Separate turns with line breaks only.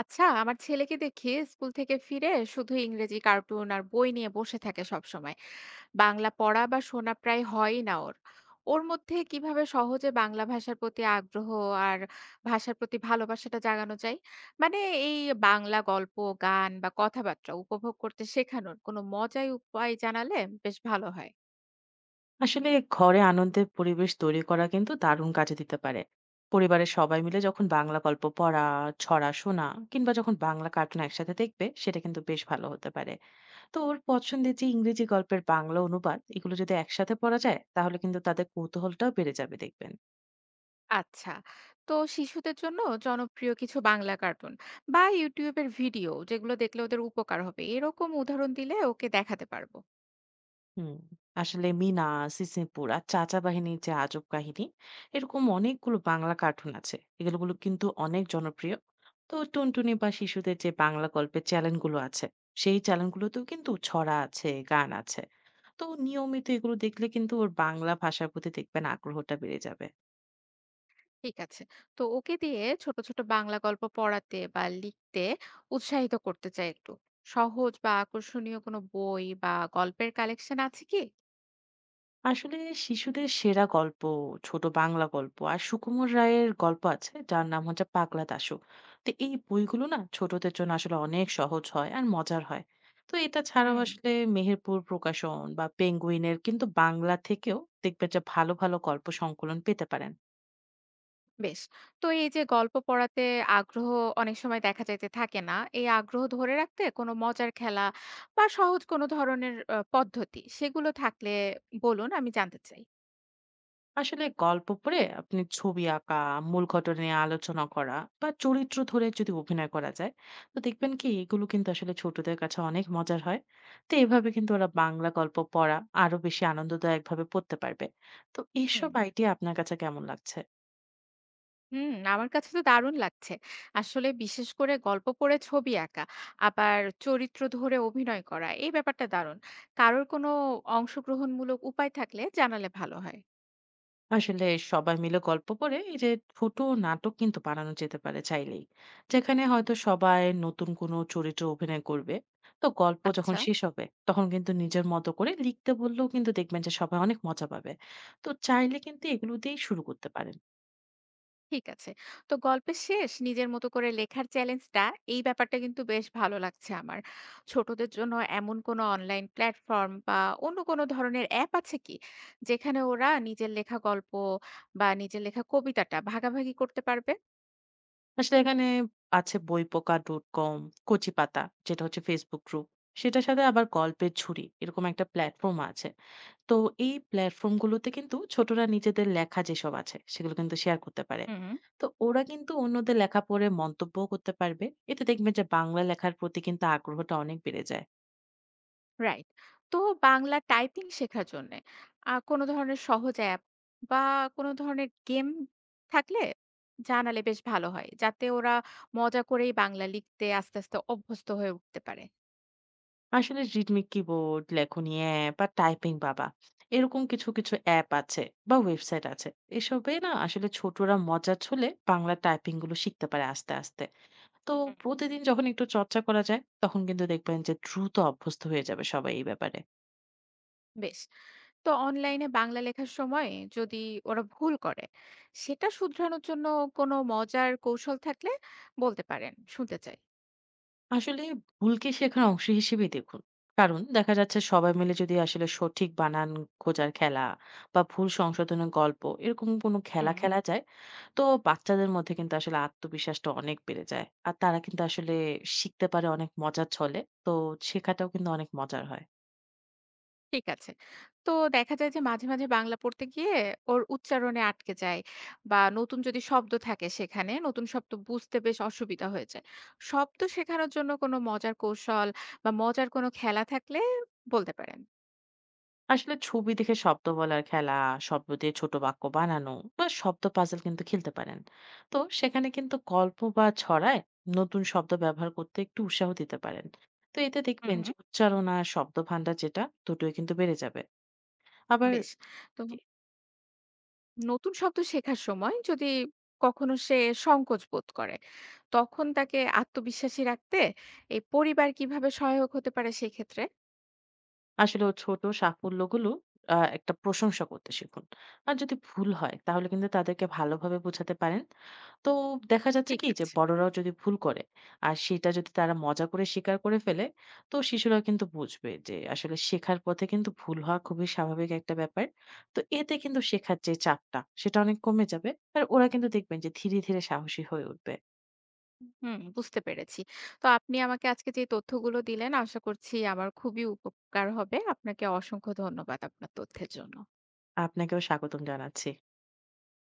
আচ্ছা, আমার ছেলেকে দেখি স্কুল থেকে ফিরে শুধু ইংরেজি কার্টুন আর বই নিয়ে বসে থাকে সব সময়। বাংলা পড়া বা শোনা প্রায় হয়ই না ওর। ওর মধ্যে কিভাবে সহজে বাংলা ভাষার প্রতি আগ্রহ আর ভাষার প্রতি ভালোবাসাটা জাগানো যায়? মানে এই বাংলা গল্প, গান বা কথাবার্তা উপভোগ করতে শেখানোর কোনো মজার উপায় জানালে বেশ ভালো হয়।
আসলে ঘরে আনন্দের পরিবেশ তৈরি করা কিন্তু দারুণ কাজে দিতে পারে। পরিবারের সবাই মিলে যখন বাংলা গল্প পড়া, ছড়া শোনা কিংবা যখন বাংলা কার্টুন একসাথে দেখবে, সেটা কিন্তু বেশ ভালো হতে পারে। তো ওর পছন্দের যে ইংরেজি গল্পের বাংলা অনুবাদ, এগুলো যদি একসাথে পড়া যায়, তাহলে কিন্তু তাদের কৌতূহলটাও বেড়ে যাবে দেখবেন।
আচ্ছা। তো শিশুদের জন্য জনপ্রিয় কিছু বাংলা কার্টুন বা YouTube এর ভিডিও যেগুলো দেখলে ওদের উপকার হবে, এরকম উদাহরণ দিলে ওকে দেখাতে পারবো।
হুম, আসলে মিনা, সিসিমপুর আর চাচা বাহিনীর যে আজব কাহিনী, এরকম অনেকগুলো বাংলা কার্টুন আছে, এগুলো কিন্তু অনেক জনপ্রিয়। তো টুনটুনি বা শিশুদের যে বাংলা গল্পের চ্যানেলগুলো আছে, সেই চ্যানেলগুলোতেও কিন্তু ছড়া আছে, গান আছে। তো নিয়মিত এগুলো দেখলে কিন্তু ওর বাংলা ভাষার প্রতি দেখবেন আগ্রহটা বেড়ে যাবে।
ঠিক আছে। তো ওকে দিয়ে ছোট ছোট বাংলা গল্প পড়াতে বা লিখতে উৎসাহিত করতে চাই একটু। সহজ বা আকর্ষণীয় কোনো বই বা গল্পের কালেকশন আছে কি?
আসলে শিশুদের সেরা গল্প, ছোট বাংলা গল্প আর সুকুমার রায়ের গল্প আছে যার নাম হচ্ছে পাগলা দাশু। তো এই বইগুলো না ছোটদের জন্য আসলে অনেক সহজ হয় আর মজার হয়। তো এটা ছাড়াও
হুম,
আসলে মেহেরপুর প্রকাশন বা পেঙ্গুইনের কিন্তু বাংলা থেকেও দেখবেন যে ভালো ভালো গল্প সংকলন পেতে পারেন।
বেশ। তো এই যে গল্প পড়াতে আগ্রহ অনেক সময় দেখা যায় যে থাকে না। এই আগ্রহ ধরে রাখতে কোনো মজার খেলা বা সহজ কোনো ধরনের পদ্ধতি সেগুলো থাকলে বলুন, আমি জানতে চাই।
আসলে গল্প পড়ে আপনি ছবি আঁকা, মূল ঘটনা নিয়ে আলোচনা করা বা চরিত্র ধরে যদি অভিনয় করা যায়, তো দেখবেন কি এগুলো কিন্তু আসলে ছোটদের কাছে অনেক মজার হয়। তো এভাবে কিন্তু ওরা বাংলা গল্প পড়া আরো বেশি আনন্দদায়ক ভাবে পড়তে পারবে। তো
হুম।
এইসব আইডিয়া আপনার কাছে কেমন লাগছে?
হুম, আমার কাছে তো দারুণ লাগছে। আসলে বিশেষ করে গল্প পড়ে ছবি আঁকা, আবার চরিত্র ধরে অভিনয় করা, এই ব্যাপারটা দারুণ। কারোর কোনো অংশগ্রহণমূলক উপায় থাকলে জানালে ভালো হয়।
আসলে সবাই মিলে গল্প করে এই যে ছোট নাটক কিন্তু বানানো যেতে পারে চাইলেই, যেখানে হয়তো সবাই নতুন কোনো চরিত্রে অভিনয় করবে। তো গল্প যখন
আচ্ছা।
শেষ হবে তখন কিন্তু নিজের মতো করে লিখতে বললেও কিন্তু দেখবেন যে সবাই অনেক মজা পাবে। তো চাইলে কিন্তু এগুলো দিয়েই শুরু করতে পারেন।
ঠিক আছে। তো গল্পের শেষ নিজের মতো করে লেখার চ্যালেঞ্জটা, এই ব্যাপারটা কিন্তু বেশ ভালো লাগছে আমার। ছোটদের জন্য এমন কোনো অনলাইন প্ল্যাটফর্ম বা অন্য কোনো ধরনের অ্যাপ আছে কি, যেখানে ওরা নিজের লেখা গল্প বা নিজের লেখা কবিতাটা ভাগাভাগি করতে পারবে?
আসলে এখানে আছে বইপোকা ডট কম, কচি পাতা, যেটা হচ্ছে ফেসবুক গ্রুপ। সেটার সাথে আবার গল্পের ঝুড়ি এরকম একটা প্ল্যাটফর্ম আছে। তো এই প্ল্যাটফর্ম গুলোতে কিন্তু ছোটরা নিজেদের লেখা যেসব আছে সেগুলো কিন্তু শেয়ার করতে পারে।
হুম।
তো ওরা কিন্তু অন্যদের লেখা পড়ে মন্তব্য করতে পারবে। এতে দেখবেন যে বাংলা লেখার প্রতি কিন্তু আগ্রহটা অনেক বেড়ে যায়।
রাইট। তো বাংলা টাইপিং শেখার জন্যে কোনো ধরনের সহজ অ্যাপ বা কোনো ধরনের গেম থাকলে জানালে বেশ ভালো হয়। যাতে ওরা মজা করেই বাংলা লিখতে আস্তে আস্তে অভ্যস্ত হয়ে উঠতে পারে।
আসলে রিদমিক কিবোর্ড, লেখনি অ্যাপ বা টাইপিং বাবা, এরকম কিছু কিছু অ্যাপ আছে বা ওয়েবসাইট আছে। এসবে না আসলে ছোটরা মজা ছলে বাংলা টাইপিং গুলো শিখতে পারে আস্তে আস্তে। তো
হুম,
প্রতিদিন যখন একটু চর্চা করা যায় তখন কিন্তু দেখবেন যে দ্রুত অভ্যস্ত হয়ে যাবে সবাই এই ব্যাপারে।
বেশ। তো অনলাইনে বাংলা লেখার সময় যদি ওরা ভুল করে, সেটা শুধরানোর জন্য কোনো মজার কৌশল থাকলে বলতে পারেন, শুনতে চাই।
আসলে ভুলকে শেখার অংশ হিসেবেই দেখুন। কারণ দেখা যাচ্ছে সবাই মিলে যদি আসলে সঠিক বানান খোঁজার খেলা বা ভুল সংশোধনের গল্প এরকম কোনো খেলা
হুম।
খেলা যায়, তো বাচ্চাদের মধ্যে কিন্তু আসলে আত্মবিশ্বাসটা অনেক বেড়ে যায়। আর তারা কিন্তু আসলে শিখতে পারে অনেক মজার ছলে। তো শেখাটাও কিন্তু অনেক মজার হয়।
ঠিক আছে। তো দেখা যায় যে মাঝে মাঝে বাংলা পড়তে গিয়ে ওর উচ্চারণে আটকে যায় বা নতুন যদি শব্দ থাকে সেখানে নতুন শব্দ বুঝতে বেশ অসুবিধা হয়ে যায়। শব্দ শেখানোর জন্য কোনো মজার কৌশল বা মজার কোনো খেলা থাকলে বলতে পারেন।
আসলে ছবি দেখে শব্দ বলার খেলা, শব্দ দিয়ে ছোট বাক্য বানানো বা শব্দ পাজল কিন্তু খেলতে পারেন। তো সেখানে কিন্তু গল্প বা ছড়ায় নতুন শব্দ ব্যবহার করতে একটু উৎসাহ দিতে পারেন। তো এতে দেখবেন
হুম,
যে উচ্চারণ আর শব্দ ভান্ডার, যেটা দুটোই কিন্তু বেড়ে যাবে। আবার
বেশ। তো নতুন শব্দ শেখার সময় যদি কখনো সে সংকোচ বোধ করে, তখন তাকে আত্মবিশ্বাসী রাখতে এই পরিবার কিভাবে সহায়ক হতে পারে সেক্ষেত্রে?
আসলে ও ছোট সাফল্যগুলো একটা প্রশংসা করতে শিখুন। আর যদি ভুল হয় তাহলে কিন্তু তাদেরকে ভালোভাবে বোঝাতে পারেন। তো দেখা যাচ্ছে
ঠিক
কি যে
আছে।
বড়রাও যদি ভুল করে আর সেটা যদি তারা মজা করে স্বীকার করে ফেলে, তো শিশুরা কিন্তু বুঝবে যে আসলে শেখার পথে কিন্তু ভুল হওয়া খুবই স্বাভাবিক একটা ব্যাপার। তো এতে কিন্তু শেখার যে চাপটা সেটা অনেক কমে যাবে। আর ওরা কিন্তু দেখবেন যে ধীরে ধীরে সাহসী হয়ে উঠবে।
হুম, বুঝতে পেরেছি। তো আপনি আমাকে আজকে যে তথ্যগুলো দিলেন, আশা করছি আমার খুবই উপকার হবে। আপনাকে অসংখ্য ধন্যবাদ আপনার তথ্যের জন্য।
আপনাকেও স্বাগতম জানাচ্ছি।